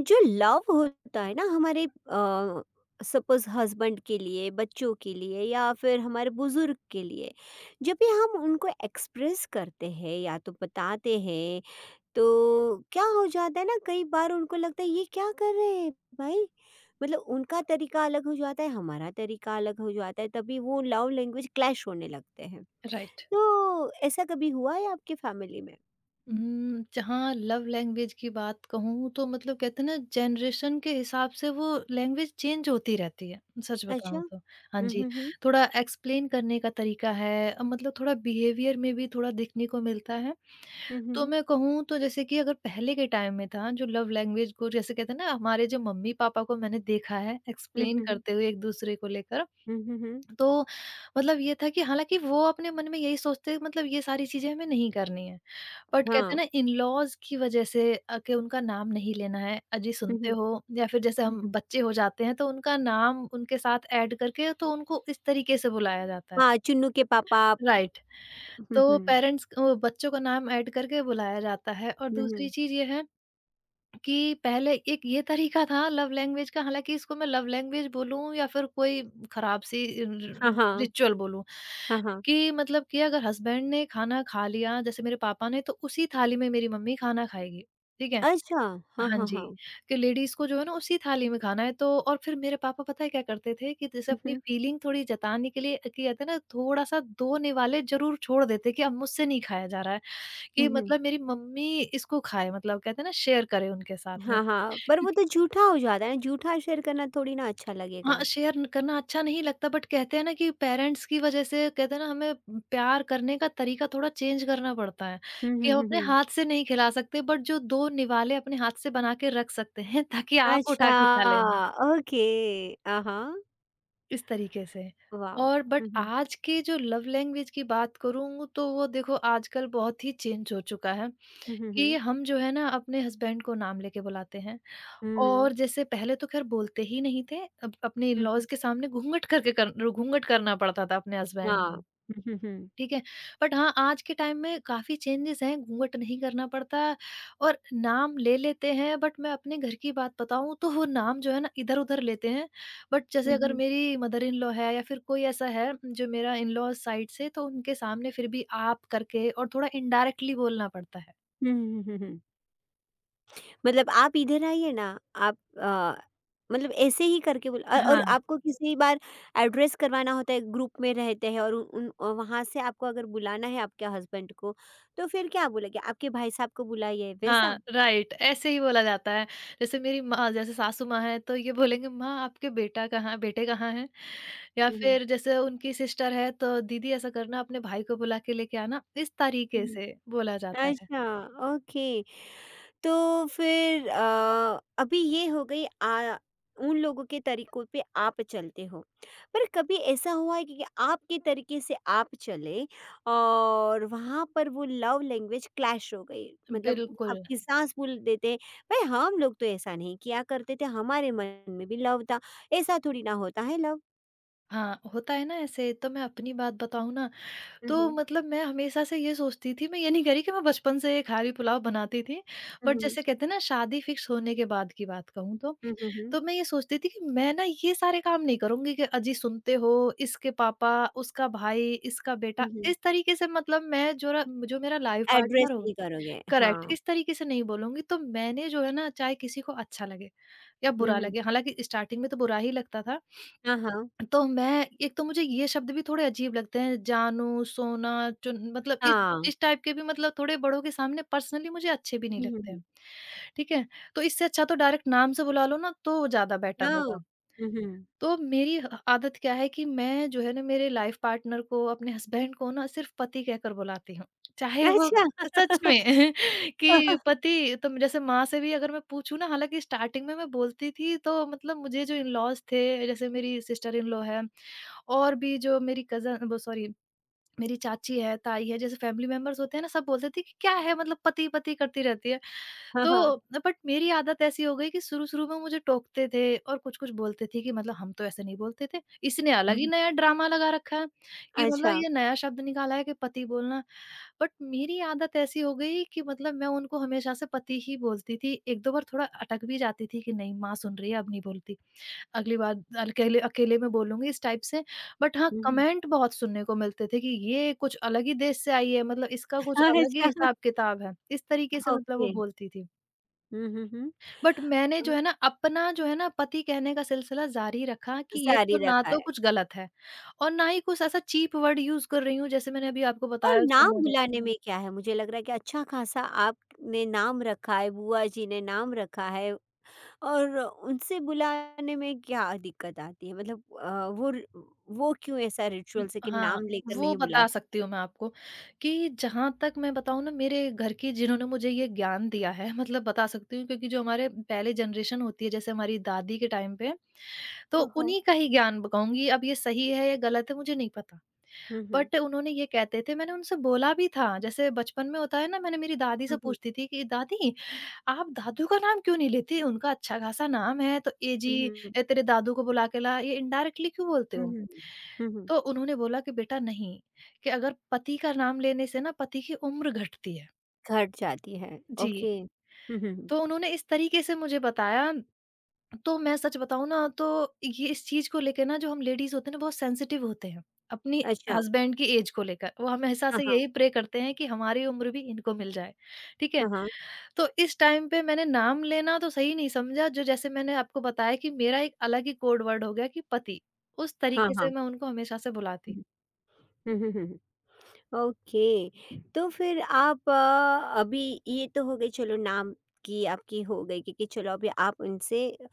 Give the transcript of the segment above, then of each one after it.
जो लव होता है ना हमारे सपोज हस्बैंड के लिए, बच्चों के लिए, या फिर हमारे बुजुर्ग के लिए, जब भी हम उनको एक्सप्रेस करते हैं या तो बताते हैं, तो क्या हो जाता है ना, कई बार उनको लगता है ये क्या कर रहे हैं भाई। मतलब उनका तरीका अलग हो जाता है, हमारा तरीका अलग हो जाता है, तभी वो लव लैंग्वेज क्लैश होने लगते हैं। राइट। तो ऐसा कभी हुआ है आपकी फैमिली में? जहाँ लव लैंग्वेज की बात कहूँ तो मतलब कहते हैं ना जनरेशन के हिसाब से वो लैंग्वेज चेंज होती रहती है। सच अच्छा। बताऊँ तो हाँ हम्म, जी, हम्म, थोड़ा एक्सप्लेन करने का तरीका है, मतलब थोड़ा बिहेवियर में भी थोड़ा दिखने को मिलता है। हम्म, हम्म, तो हम्म, मैं कहूँ तो जैसे कि अगर पहले के टाइम में था जो लव लैंग्वेज को जैसे कहते हैं ना, हमारे जो मम्मी पापा को मैंने देखा है हम्म, एक्सप्लेन हम्म, करते हुए एक दूसरे को लेकर, हम्म, हम्म, तो मतलब ये था कि हालांकि वो अपने मन में यही सोचते मतलब ये सारी चीजें हमें नहीं करनी है, बट कहते हैं हाँ। ना इन-लॉज़ की वज़ह से के उनका नाम नहीं लेना है। अजी सुनते हो, या फिर जैसे हुँ, हम हुँ। बच्चे हो जाते हैं तो उनका नाम उनके साथ ऐड करके तो उनको इस तरीके से बुलाया जाता है। हाँ, चुन्नू के पापा। राइट। हुँ, तो हुँ। पेरेंट्स बच्चों का नाम ऐड करके बुलाया जाता है और हुँ, दूसरी हुँ। चीज़ ये है कि पहले एक ये तरीका था लव लैंग्वेज का, हालांकि इसको मैं लव लैंग्वेज बोलूं या फिर कोई खराब सी हाँ, हाँ। रिचुअल बोलूं हाँ, हाँ। कि मतलब कि अगर हस्बैंड ने खाना खा लिया जैसे मेरे पापा ने तो उसी थाली में मेरी मम्मी खाना खाएगी। ठीक है। अच्छा! हाँ, हाँ हाँ, जी, हाँ। कि लेडीज को जो है ना उसी थाली में खाना है तो। और फिर मेरे पापा पता है क्या करते थे कि जैसे हुँ, अपनी हुँ। फीलिंग थोड़ी जताने के लिए कि कहते हैं ना थोड़ा सा दो निवाले जरूर छोड़ देते कि अब मुझसे नहीं खाया जा रहा है, हुँ, कि हुँ। मतलब मेरी मम्मी इसको खाए, मतलब कहते हैं ना शेयर करें उनके साथ में। हाँ, हाँ। पर वो क्योंकि तो झूठा हो जाता है ना, झूठा शेयर करना थोड़ी ना अच्छा हाँ, लगेगा। शेयर करना अच्छा नहीं लगता, बट कहते हैं ना कि पेरेंट्स की वजह से कहते हैं ना हमें प्यार करने का तरीका थोड़ा चेंज करना पड़ता है, हुँ, कि हुँ, हम हुँ, अपने हुँ। हाथ से नहीं खिला सकते बट जो 2 निवाले अपने हाथ से बना के रख सकते हैं ताकि आप उठा अच्छा। के खा लेना, ओके। आ हाँ। इस तरीके से। वाव! और बट हुँ, हुँ। आज की जो लव लैंग्वेज की बात करूँ तो वो देखो आजकल बहुत ही चेंज हो चुका है, हुँ, हुँ, कि हुँ। हम जो है ना अपने हस्बैंड को नाम लेके बुलाते हैं। हुँ, और हुँ। जैसे पहले तो ख़ैर बोलते ही नहीं थे, अब अपने हुँ, हुँ। इन-लॉज़ के सामने घूँघट करके कर घूँघट करना पड़ता था अपने हस्बैंड हाँ। से, हुँ, हुँ, हुँ। ठीक है? बट हाँ, आज के टाइम में काफ़ी चेंजेज़ हैं, घूँघट नहीं करना पड़ता और नाम ले लेते हैं, बट मैं अपने घर की बात बताऊँ तो वो नाम जो है ना इधर-उधर लेते हैं। बट जैसे हुँ, अगर हुँ। मेरी मदर इन लॉ है या फिर कोई ऐसा है जो मेरा इन-लॉज़ साइड से, तो उनके सामने फिर भी आप करके और थोड़ा इनडायरेक्टली बोलना पड़ता है। हुँ, हुँ, हुँ, हुँ। मतलब आप इधर आइए ना। आप मतलब ऐसे ही करके बोला। और हाँ। आपको किसी बार एड्रेस करवाना होता है, ग्रुप में रहते हैं और वहाँ से आपको अगर बुलाना है आपके हस्बैंड को, तो फिर क्या बोलेंगे? आपके भाई साहब को बुलाइए, हाँ, वैसा? राइट ऐसे ही बोला जाता है। जैसे मेरी माँ जैसे सासू माँ हैं तो ये बोलेंगे माँ आपके बेटा कहाँ बेटे कहाँ हैं? या हुँ, फिर जैसे उनकी सिस्टर है तो दीदी ऐसा करना अपने भाई को बुला के लेके आना, इस तरीके हुँ। से बोला जाता है। अच्छा। ओके। तो फिर अभी ये हो गई। आ उन लोगों के तरीकों पे आप चलते हो। पर कभी ऐसा हुआ है कि आपके तरीके से आप चले और वहाँ पर वो लव लैंग्वेज क्लैश हो गई? मतलब बिल्कुल। आपकी सास बोल देते, "भई हम लोग तो ऐसा नहीं किया करते थे, हमारे मन में भी लव था, ऐसा थोड़ी ना होता है लव।" हाँ, होता है ना, ऐसे तो मैं अपनी बात बताऊँ ना हुँ, तो हुँ। मतलब मैं हमेशा से ये सोचती थी, मैं ये नहीं कह रही कि मैं बचपन से ये खारी पुलाव बनाती थी। हुँ, बट हुँ। जैसे कहते हैं ना शादी फिक्स होने के बाद की बात कहूँ तो हुँ, हुँ, हुँ। तो मैं ये सोचती थी कि मैं ना ये सारे काम नहीं करूँगी कि अजी सुनते हो, इसके पापा, उसका भाई, इसका बेटा, हुँ, हुँ। इस तरीके से। मतलब मैं जो मेरा लाइफ एड्रेस पार्टनर हो, नहीं करोगे। करेक्ट, हाँ। इस तरीके से नहीं बोलूँगी। तो मैंने जो है ना चाहे किसी को अच्छा लगे या हुँ, बुरा हुँ। लगे, हालाँकि स्टार्टिंग में तो बुरा ही लगता था। हाँ, हाँ। तो मैं एक तो मुझे ये शब्द भी थोड़े अजीब लगते हैं, जानू, सोना, चुन मतलब इस हाँ। इस टाइप के भी मतलब थोड़े बड़ों के सामने पर्सनली मुझे अच्छे भी नहीं हुँ, हुँ, लगते हुँ। हैं। ठीक है? तो इससे अच्छा तो डायरेक्ट नाम से बुला लो ना, तो ज़्यादा बेटर ओह! होगा। हुँ, हुँ। तो मेरी ह आदत क्या है कि मैं जो है ना मेरे लाइफ़ पार्टनर को, अपने हस्बैंड को ना सिर्फ़ पति कहकर बुलाती हूँ। चाहे वो अच्छा। सच में कि पति तो, जैसे माँ से भी अगर मैं पूछूँ ना, हालाँकि स्टार्टिंग में मैं बोलती थी, तो मतलब मुझे जो इन-लॉज़ थे, जैसे मेरी सिस्टर इन लॉ है और भी जो मेरी कज़न वो सॉरी मेरी चाची है, ताई है, जैसे फैमिली मेंबर्स होते हैं ना सब बोलते थे कि क्या है, मतलब पति-पति करती रहती है। हाँ, हाँ। तो बट मेरी आदत ऐसी हो गई कि शुरू-शुरू में मुझे टोकते थे और कुछ-कुछ बोलते थे कि मतलब हम तो ऐसे नहीं बोलते थे। इसने अलग हुँ, ही हुँ। नया ड्रामा लगा रखा है कि मतलब अच्छा। ये नया शब्द निकाला है कि पति बोलना। बट मेरी आदत ऐसी हो गई कि मतलब मैं उनको हमेशा से पति ही बोलती थी। 1-2 बार थोड़ा अटक भी जाती थी कि नहीं माँ सुन रही है, अब नहीं बोलती। अगली बार अकेले अकेले में बोलूँगी, इस टाइप से। बट हाँ, हुँ, हुँ। कमेंट बहुत सुनने को मिलते थे कि ये कुछ अलग ही देश से आई है, मतलब इसका कुछ अलग ही अच्छा। हिसाब-किताब है। इस तरीके से मतलब वो ओके। बोलती थी। हुँ, हुँ, हुँ। बट मैंने अ, जो है ना अपना जो है ना पति कहने का सिलसिला जारी रखा कि ये जारी तो ना रखा तो है। कुछ गलत है और ना ही कुछ ऐसा चीप वर्ड यूज कर रही हूँ जैसे मैंने अभी आपको और बताया नाम सोना जब। बुलाने में क्या है? मुझे लग रहा है कि अच्छा-खासा आपने नाम रखा है, बुआ जी ने नाम रखा है, और उनसे बुलाने में क्या दिक्कत आती है? मतलब वो क्यों ऐसा रिचुअल्स है कि हाँ, नाम लेकर वो नहीं बुला बता सकती सकते? हूँ मैं आपको कि जहां तक मैं बताऊँ ना मेरे घर की जिन्होंने मुझे ये ज्ञान दिया है, मतलब बता सकती हूँ क्योंकि जो हमारे पहले जनरेशन होती है जैसे हमारी दादी के टाइम पे, तो हाँ, हाँ। उन्हीं का ही ज्ञान कहूंगी। अब ये सही है या गलत है मुझे नहीं पता, हुँ, हुँ। बट उन्होंने ये कहते थे, मैंने उनसे बोला भी था, जैसे बचपन में होता है ना मैंने मेरी दादी से हुँ, हुँ। पूछती थी कि दादी आप दादू का नाम क्यों नहीं लेती? उनका अच्छा-खासा नाम है, तो ए हुँ, जी हुँ। ए तेरे दादू को बुला के ला, ये इनडायरेक्टली क्यों बोलते हुँ, हो? हुँ। हुँ, हुँ। तो उन्होंने बोला कि बेटा नहीं, कि अगर पति का नाम लेने से ना पति की उम्र घटती है। घट जाती है, जी, ओके। हुँ, हुँ, हुँ। तो उन्होंने इस तरीके से मुझे बताया। तो मैं सच बताऊँ ना तो ये इस चीज़ को लेके ना जो हम लेडीज़ होते हैं ना बहुत सेंसिटिव होते हैं, अपनी अच्छा। हस्बैंड की एज को लेकर। वो हमेशा हाँ, से हाँ, यही प्रे करते हैं कि हमारी उम्र भी इनको मिल जाए, ठीक है? हाँ, हाँ, तो इस टाइम पे मैंने नाम लेना तो सही नहीं समझा, जो जैसे मैंने आपको बताया कि मेरा एक अलग ही कोड वर्ड हो गया कि पति। उस हाँ, तरीके से हाँ। मैं उनको हमेशा से बुलाती। हुँ, हुँ, हुँ, हुँ। ओके। तो फिर आप अभी ये तो हो गई, चलो नाम की आपकी हो गई। कि चलो अभी आप उनसे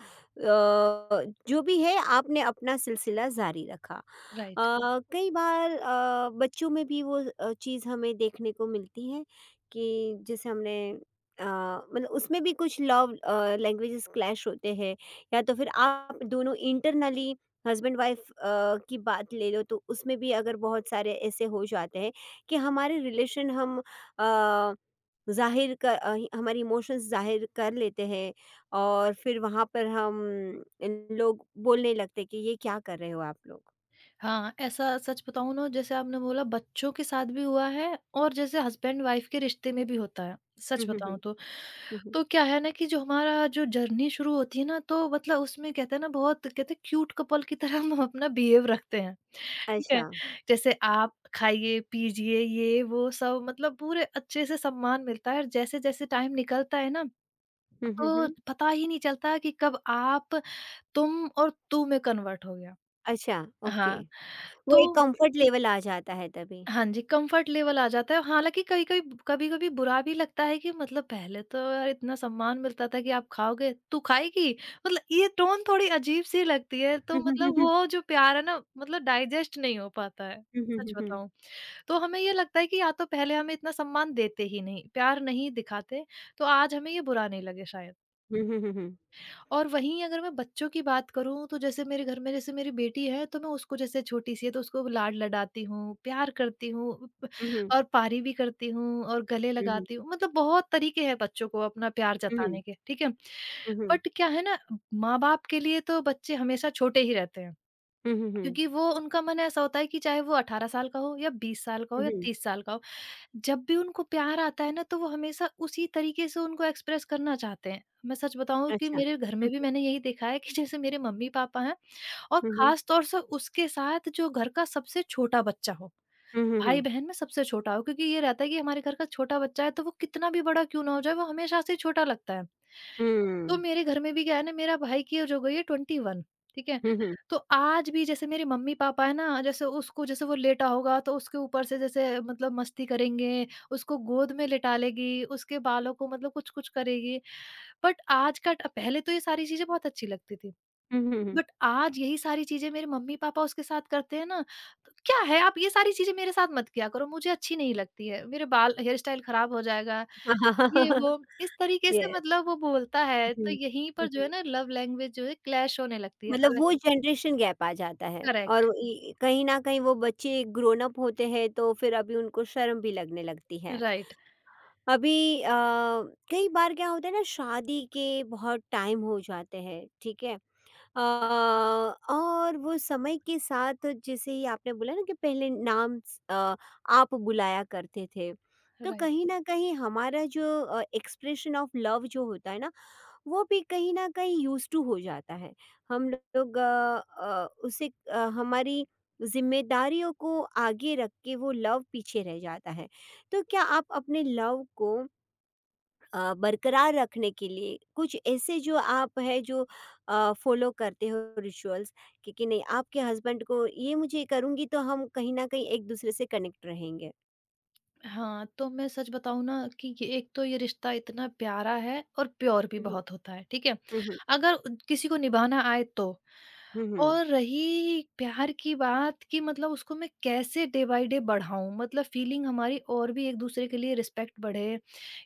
जो भी है आपने अपना सिलसिला जारी रखा। राइट। कई बार बच्चों में भी वो चीज़ हमें देखने को मिलती है, कि जैसे हमने अ, मतलब उसमें भी कुछ लव लैंग्वेजेस क्लैश होते हैं, या तो फिर आप दोनों इंटरनली हस्बैंड वाइफ की बात ले लो तो उसमें भी अगर बहुत सारे ऐसे हो जाते हैं कि हमारे रिलेशन हम हमारे इमोशंस ज़ाहिर कर लेते हैं और फिर वहाँ पर हम इन लोग बोलने लगते हैं कि ये क्या कर रहे हो आप लोग? हाँ, ऐसा सच बताऊँ ना, जैसे आपने बोला बच्चों के साथ भी हुआ है और जैसे हस्बैंड वाइफ के रिश्ते में भी होता है, हुँ, सच हुँ, हुँ, बताऊँ तो। हुँ, हुँ। तो क्या है ना कि जो हमारा जो जर्नी शुरू होती है ना, तो मतलब उसमें कहते हैं ना बहुत कहते हैं क्यूट कपल की तरह हम अपना बिहेव रखते हैं, ठीक है? अच्छा। जैसे आप खाइए, पीजिए, ये वो सब मतलब पूरे अच्छे से सम्मान मिलता है और जैसे-जैसे टाइम निकलता है ना, हुँ, हुँ, तो हुँ। पता ही नहीं चलता कि कब आप, तुम और तू में कन्वर्ट हो गया। अच्छा। ओके। हाँ, वो एक तो कम्फर्ट लेवल आ जाता है तभी। हाँ जी, कम्फर्ट लेवल आ जाता है। हाँ, हालाँकि कहीं-कहीं कभी-कभी बुरा भी लगता है कि मतलब पहले तो यार इतना सम्मान मिलता था कि आप खाओगे, तू खाएगी? मतलब ये टोन थोड़ी अजीब-सी लगती है, तो हुँ, मतलब हुँ, वो जो प्यार है ना मतलब डाइजेस्ट नहीं हो पाता है, हुँ, सच हुँ। बताऊँ। तो हमें ये लगता है कि या तो पहले हमें इतना सम्मान देते ही नहीं, प्यार नहीं दिखाते, तो आज हमें ये बुरा नहीं लगे शायद। हुँ, हुँ, हुँ, हुँ। और वहीं अगर मैं बच्चों की बात करूँ तो जैसे मेरे घर में जैसे मेरी बेटी है तो मैं उसको जैसे छोटी सी है तो उसको लाड लडाती हूँ, प्यार करती हूँ प हुँ, हुँ, और पारी भी करती हूँ और गले हुँ, हुँ। लगाती हूँ। मतलब बहुत तरीके हैं बच्चों को अपना प्यार हुँ, हुँ, जताने के, ठीक है? हुँ, हुँ। बट क्या है ना माँ-बाप के लिए तो बच्चे हमेशा छोटे ही रहते हैं हुँ, हुँ, हुँ, क्योंकि हुँ। वो उनका मन ऐसा होता है कि चाहे वो 18 साल का हो या 20 साल का हो हुँ, हुँ, या हुँ। हुँ, हुँ। 30 साल का हो जब भी उनको प्यार आता है ना तो वो हमेशा उसी तरीके से उनको एक्सप्रेस करना चाहते हैं। मैं सच बताऊँ कि अच्छा। मेरे घर में हुँ, भी मैंने यही देखा है कि जैसे मेरे मम्मी-पापा हैं और हुँ, हुँ, हुँ। ख़ास तौर से उसके साथ जो घर का सबसे छोटा बच्चा हो, हुँ, हुँ, हुँ। भाई-बहन में सबसे छोटा हो क्योंकि ये रहता है कि हमारे घर का छोटा बच्चा है तो वो कितना भी बड़ा क्यों ना हो जाए वो हमेशा से छोटा लगता है। तो हुँ। मेरे घर में भी क्या है ना मेरा भाई की एज हो गई है 21। ठीक है? हुँ, हुँ, हुँ। तो आज भी जैसे मेरे मम्मी-पापा है ना, जैसे उसको, जैसे वो लेटा होगा तो उसके ऊपर से जैसे मतलब मस्ती करेंगे, उसको गोद में लिटा लेगी, उसके बालों को मतलब कुछ-कुछ करेगी। बट आज का ट पहले तो ये सारी चीज़ें बहुत अच्छी लगती थी। हुँ, हुँ, हुँ। बट आज यही सारी चीज़ें मेरे मम्मी-पापा उसके साथ करते हैं ना, तो क्या है, आप ये सारी चीज़ें मेरे साथ मत किया करो, मुझे अच्छी नहीं लगती है। मेरे बाल, हेयर स्टाइल खराब हो जाएगा। ये वो, इस तरीके से यस। मतलब वो बोलता है, हुँ। तो यहीं हुँ, पर जो है हुँ। ना लव लैंग्वेज जो है क्लैश होने लगती है, मतलब हालाँ वो जनरेशन गैप आ जाता है और करेक्ट, इ कहीं न कहीं वो बच्चे ग्रोन अप होते हैं तो फिर अभी उनको शर्म भी लगने लगती है। राइट, अभी कई बार क्या होता है ना, शादी के बहुत टाइम हो जाते हैं, ठीक है? अ, और वो समय के साथ जैसे ही आपने बोला ना कि पहले आप बुलाया करते थे। तो राइट। कहीं न कहीं हमारा जो एक्सप्रेशन ऑफ लव जो होता है ना, वो भी कहीं न कहीं यूज़ टू हो जाता है। हम लोग उसे हमारी ज़िम्मेदारियों को आगे रख के वो लव पीछे रह जाता है। तो क्या आप अपने लव को बरकरार रखने के लिए कुछ ऐसे जो आप हैं जो फ़ॉलो करते हो रिचुअल्स, कि नहीं, आपके हस्बैंड को ये मुझे करूँगी, तो हम कहीं न कहीं एक-दूसरे से कनेक्ट रहेंगे? हाँ, तो मैं सच बताऊँ ना कि ये एक, तो ये रिश्ता इतना प्यारा है और प्योर भी हुँ, हुँ। बहुत होता है, ठीक है? हुँ, हुँ। अगर उद किसी को निभाना आए तो। हुँ, हुँ। और रही प्यार की बात, कि मतलब उसको मैं कैसे डे बाय डे बढ़ाऊँ, मतलब फ़ीलिंग हमारी और भी एक-दूसरे के लिए रिस्पेक्ट बढ़े,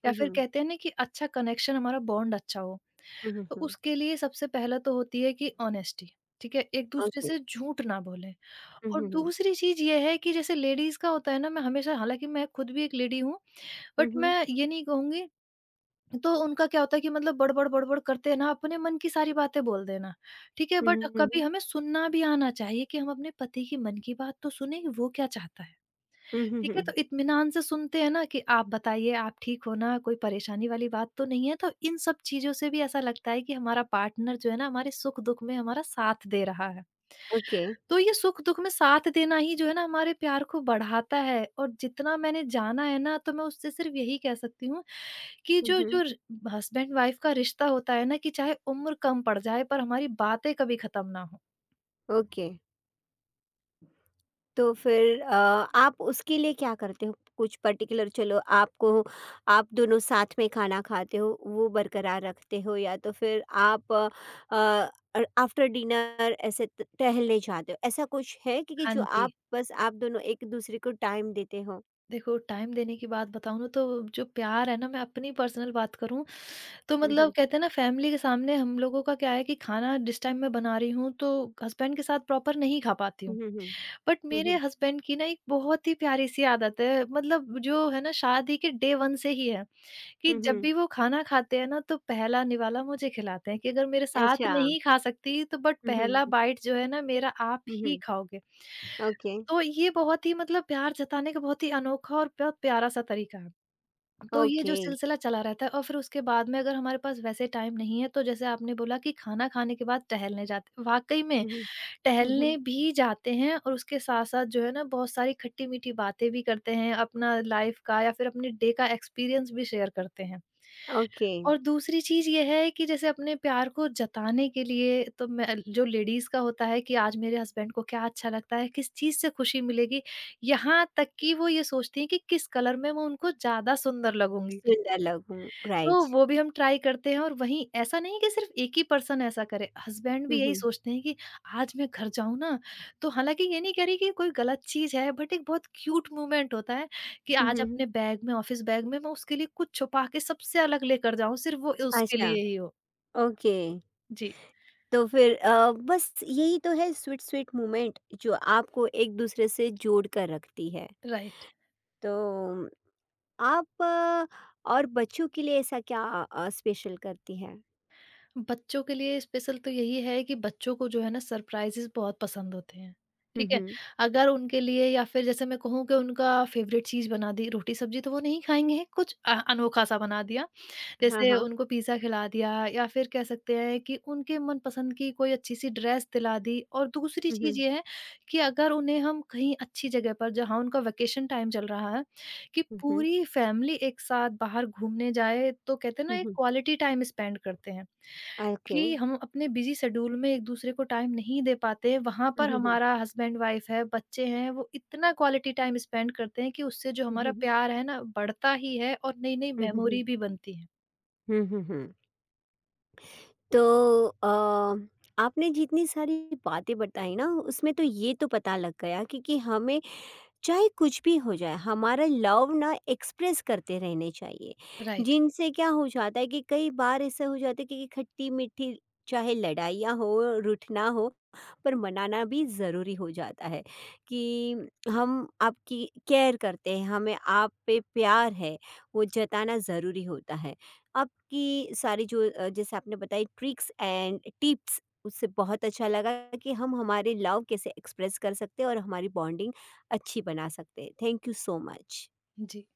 या हुँ, फिर हुँ। कहते हैं ना कि अच्छा कनेक्शन, हमारा बॉन्ड अच्छा हो। हुँ, हुँ, तो हुँ। उसके लिए सबसे पहला तो होती है कि ऑनेस्टी, ठीक है? एक-दूसरे ओके। से झूठ ना बोलें। हुँ, और हुँ, हुँ। दूसरी चीज़ ये है कि जैसे लेडीज़ का होता है ना, मैं हमेशा, हालाँकि मैं खुद भी एक लेडी हूँ, हुँ, बट हुँ। मैं ये नहीं कहूँगी। तो उनका क्या होता है कि मतलब बड़बड़, बड़बड़ करते हैं ना, अपने मन की सारी बातें बोल देना, ठीक है? हुँ, बट हुँ, कभी हुँ। हमें सुनना भी आना चाहिए कि हम अपने पति के मन की बात तो सुनें, वो क्या चाहता है, हुँ, हुँ, ठीक है? तो हुँ। इत्मीनान से सुनते हैं ना कि आप बताइए, आप ठीक हो ना? कोई परेशानी वाली बात तो नहीं है? तो इन सब चीज़ों से भी ऐसा लगता है कि हमारा पार्टनर जो है ना, हमारे सुख-दुख में हमारा साथ दे रहा है। ओके। तो ये सुख-दुख में साथ देना ही जो है ना हमारे प्यार को बढ़ाता है, और जितना मैंने जाना है ना, तो मैं उससे सिर्फ यही कह सकती हूँ कि हुँ, जो हुँ। जो र हस्बैंड वाइफ का रिश्ता होता है ना, कि चाहे उम्र कम पड़ जाए पर हमारी बातें कभी खत्म ना हो। ओके। तो फिर आप उसके लिए क्या करते हो? कुछ पर्टिकुलर, चलो आपको, आप दोनों साथ में खाना खाते हो, वो बरकरार रखते हो, या तो फिर आप आफ्टर डिनर ऐसे त टहलने जाते हो? ऐसा कुछ है कि हाँ जो जी। आप, बस आप दोनों एक-दूसरे को टाइम देते हो? देखो, टाइम देने की बात बताऊँ ना, तो जो प्यार है ना, मैं अपनी पर्सनल बात करूँ तो, हुँ, मतलब हुँ। कहते हैं ना फैमिली के सामने, हम लोगों का क्या है कि खाना जिस टाइम मैं बना रही हूँ तो हस्बैंड के साथ प्रॉपर नहीं खा पाती हुँ, हूँ। हुँ, हुँ। बट हुँ, मेरे हुँ। हस्बैंड की ना एक बहुत ही प्यारी सी आदत है, मतलब जो है ना शादी के डे वन से ही है कि हुँ, जब हुँ। भी वो खाना खाते हैं ना, तो पहला निवाला मुझे खिलाते हैं कि अगर मेरे साथ अच्छा। नहीं खा सकती तो बट हुँ, पहला हुँ। बाइट जो है ना मेरा, आप हुँ, ही हुँ। खाओगे। ओके। तो ये बहुत ही मतलब प्यार जताने का बहुत ही अनोखा और बहुत प्यारा सा तरीका है। तो ये जो ओके। सिलसिला चला रहता है, और फिर उसके बाद में अगर हमारे पास वैसे टाइम नहीं है, तो जैसे आपने बोला कि खाना खाने के बाद टहलने जाते, वाकई में हुँ, हुँ। हुँ, हुँ। टहलने भी जाते हैं, और उसके साथ-साथ जो है ना बहुत सारी खट्टी-मीठी बातें भी करते हैं, अपना लाइफ़ का या फिर अपने डे का एक्सपीरियंस भी शेयर करते हैं। ओके। और दूसरी चीज़ ये है कि जैसे अपने प्यार को जताने के लिए तो मैं, जो लेडीज़ का होता है कि आज मेरे हस्बैंड को क्या अच्छा लगता है, किस चीज़ से खुशी मिलेगी, यहाँ तक कि वो ये सोचती हैं कि किस कलर में मैं उनको ज़्यादा सुंदर लगूँगी। सुंदर लघु, तो राइट। वो भी हम ट्राई करते हैं, और वहीं ऐसा नहीं है कि सिर्फ एक ही पर्सन ऐसा करे, हस्बैंड हुँ, भी यही हुँ। सोचते हैं कि आज मैं घर जाऊँ ना, तो हालाँकि ये नहीं कह रही कि कोई गलत चीज़ है, बट एक बहुत क्यूट मोमेंट होता है कि हुँ, हुँ, आज हुँ। अपने बैग में, ऑफ़िस बैग में, मैं उसके लिए कुछ छुपा के सबसे अलग लेकर जाऊँ, सिर्फ वो उसके अच्छा। लिए ही हो। ओके। जी, तो फिर बस यही तो है स्वीट स्वीट मोमेंट जो आपको एक-दूसरे से जोड़ कर रखती है। राइट। तो आप और बच्चों के लिए ऐसा क्या स्पेशल करती हैं? बच्चों के लिए स्पेशल तो यही है कि बच्चों को जो है ना सरप्राइजेस बहुत पसंद होते हैं, हुँ, ठीक है? हुँ। अगर उनके लिए, या फिर जैसे मैं कहूँ कि उनका फ़ेवरेट चीज़ बना दी रोटी-सब्ज़ी, तो वो नहीं खाएँगे, कुछ अनोखा-सा बना दिया, हाँ, जैसे हाँ। उनको पिज़्ज़ा खिला दिया, या फिर कह सकते हैं कि उनके मनपसंद की कोई अच्छी-सी ड्रेस दिला दी। और दूसरी हुँ, चीज़ हुँ। ये है कि अगर उन्हें हम कहीं अच्छी जगह पर जहाँ उनका वेकेशन टाइम चल रहा है, कि हुँ, हुँ। पूरी फ़ैमिली एक साथ बाहर घूमने जाए, तो कहते हैं ना हुँ, एक हुँ। क्वालिटी टाइम स्पेंड करते हैं। ओके। कि हम अपने बिजी शेड्यूल में एक-दूसरे को टाइम नहीं दे पाते, वहाँ हुँ, पर हुँ, हुँ। हमारा हस्बैंड-वाइफ है, बच्चे हैं, वो इतना क्वालिटी टाइम स्पेंड करते हैं कि उससे जो हुँ, हमारा हुँ, हुँ। प्यार है ना बढ़ता ही है और नई-नई हुँ, हुँ, हुँ। मेमोरी भी बनती है। हुँ, हुँ, हुँ। तो अ, आपने जितनी सारी बातें बताई ना उसमें तो ये तो पता लग गया, क्योंकि हमें चाहे कुछ भी हो जाए हमारा लव ना एक्सप्रेस करते रहने चाहिए, राइट, जिनसे क्या हो जाता है कि कई बार ऐसा हो जाता है कि खट्टी मीठी, चाहे लड़ाइयाँ हो, रूठना हो, पर मनाना भी ज़रूरी हो जाता है, कि हम आपकी केयर करते हैं, हमें आप पे प्यार है, वो जताना ज़रूरी होता है। आपकी सारी जो जैसे आपने बताई ट्रिक्स एंड टिप्स, उससे बहुत अच्छा लगा कि हम हमारे लव कैसे एक्सप्रेस कर सकते हैं और हमारी बॉन्डिंग अच्छी बना सकते हैं। Thank you so much. Ji.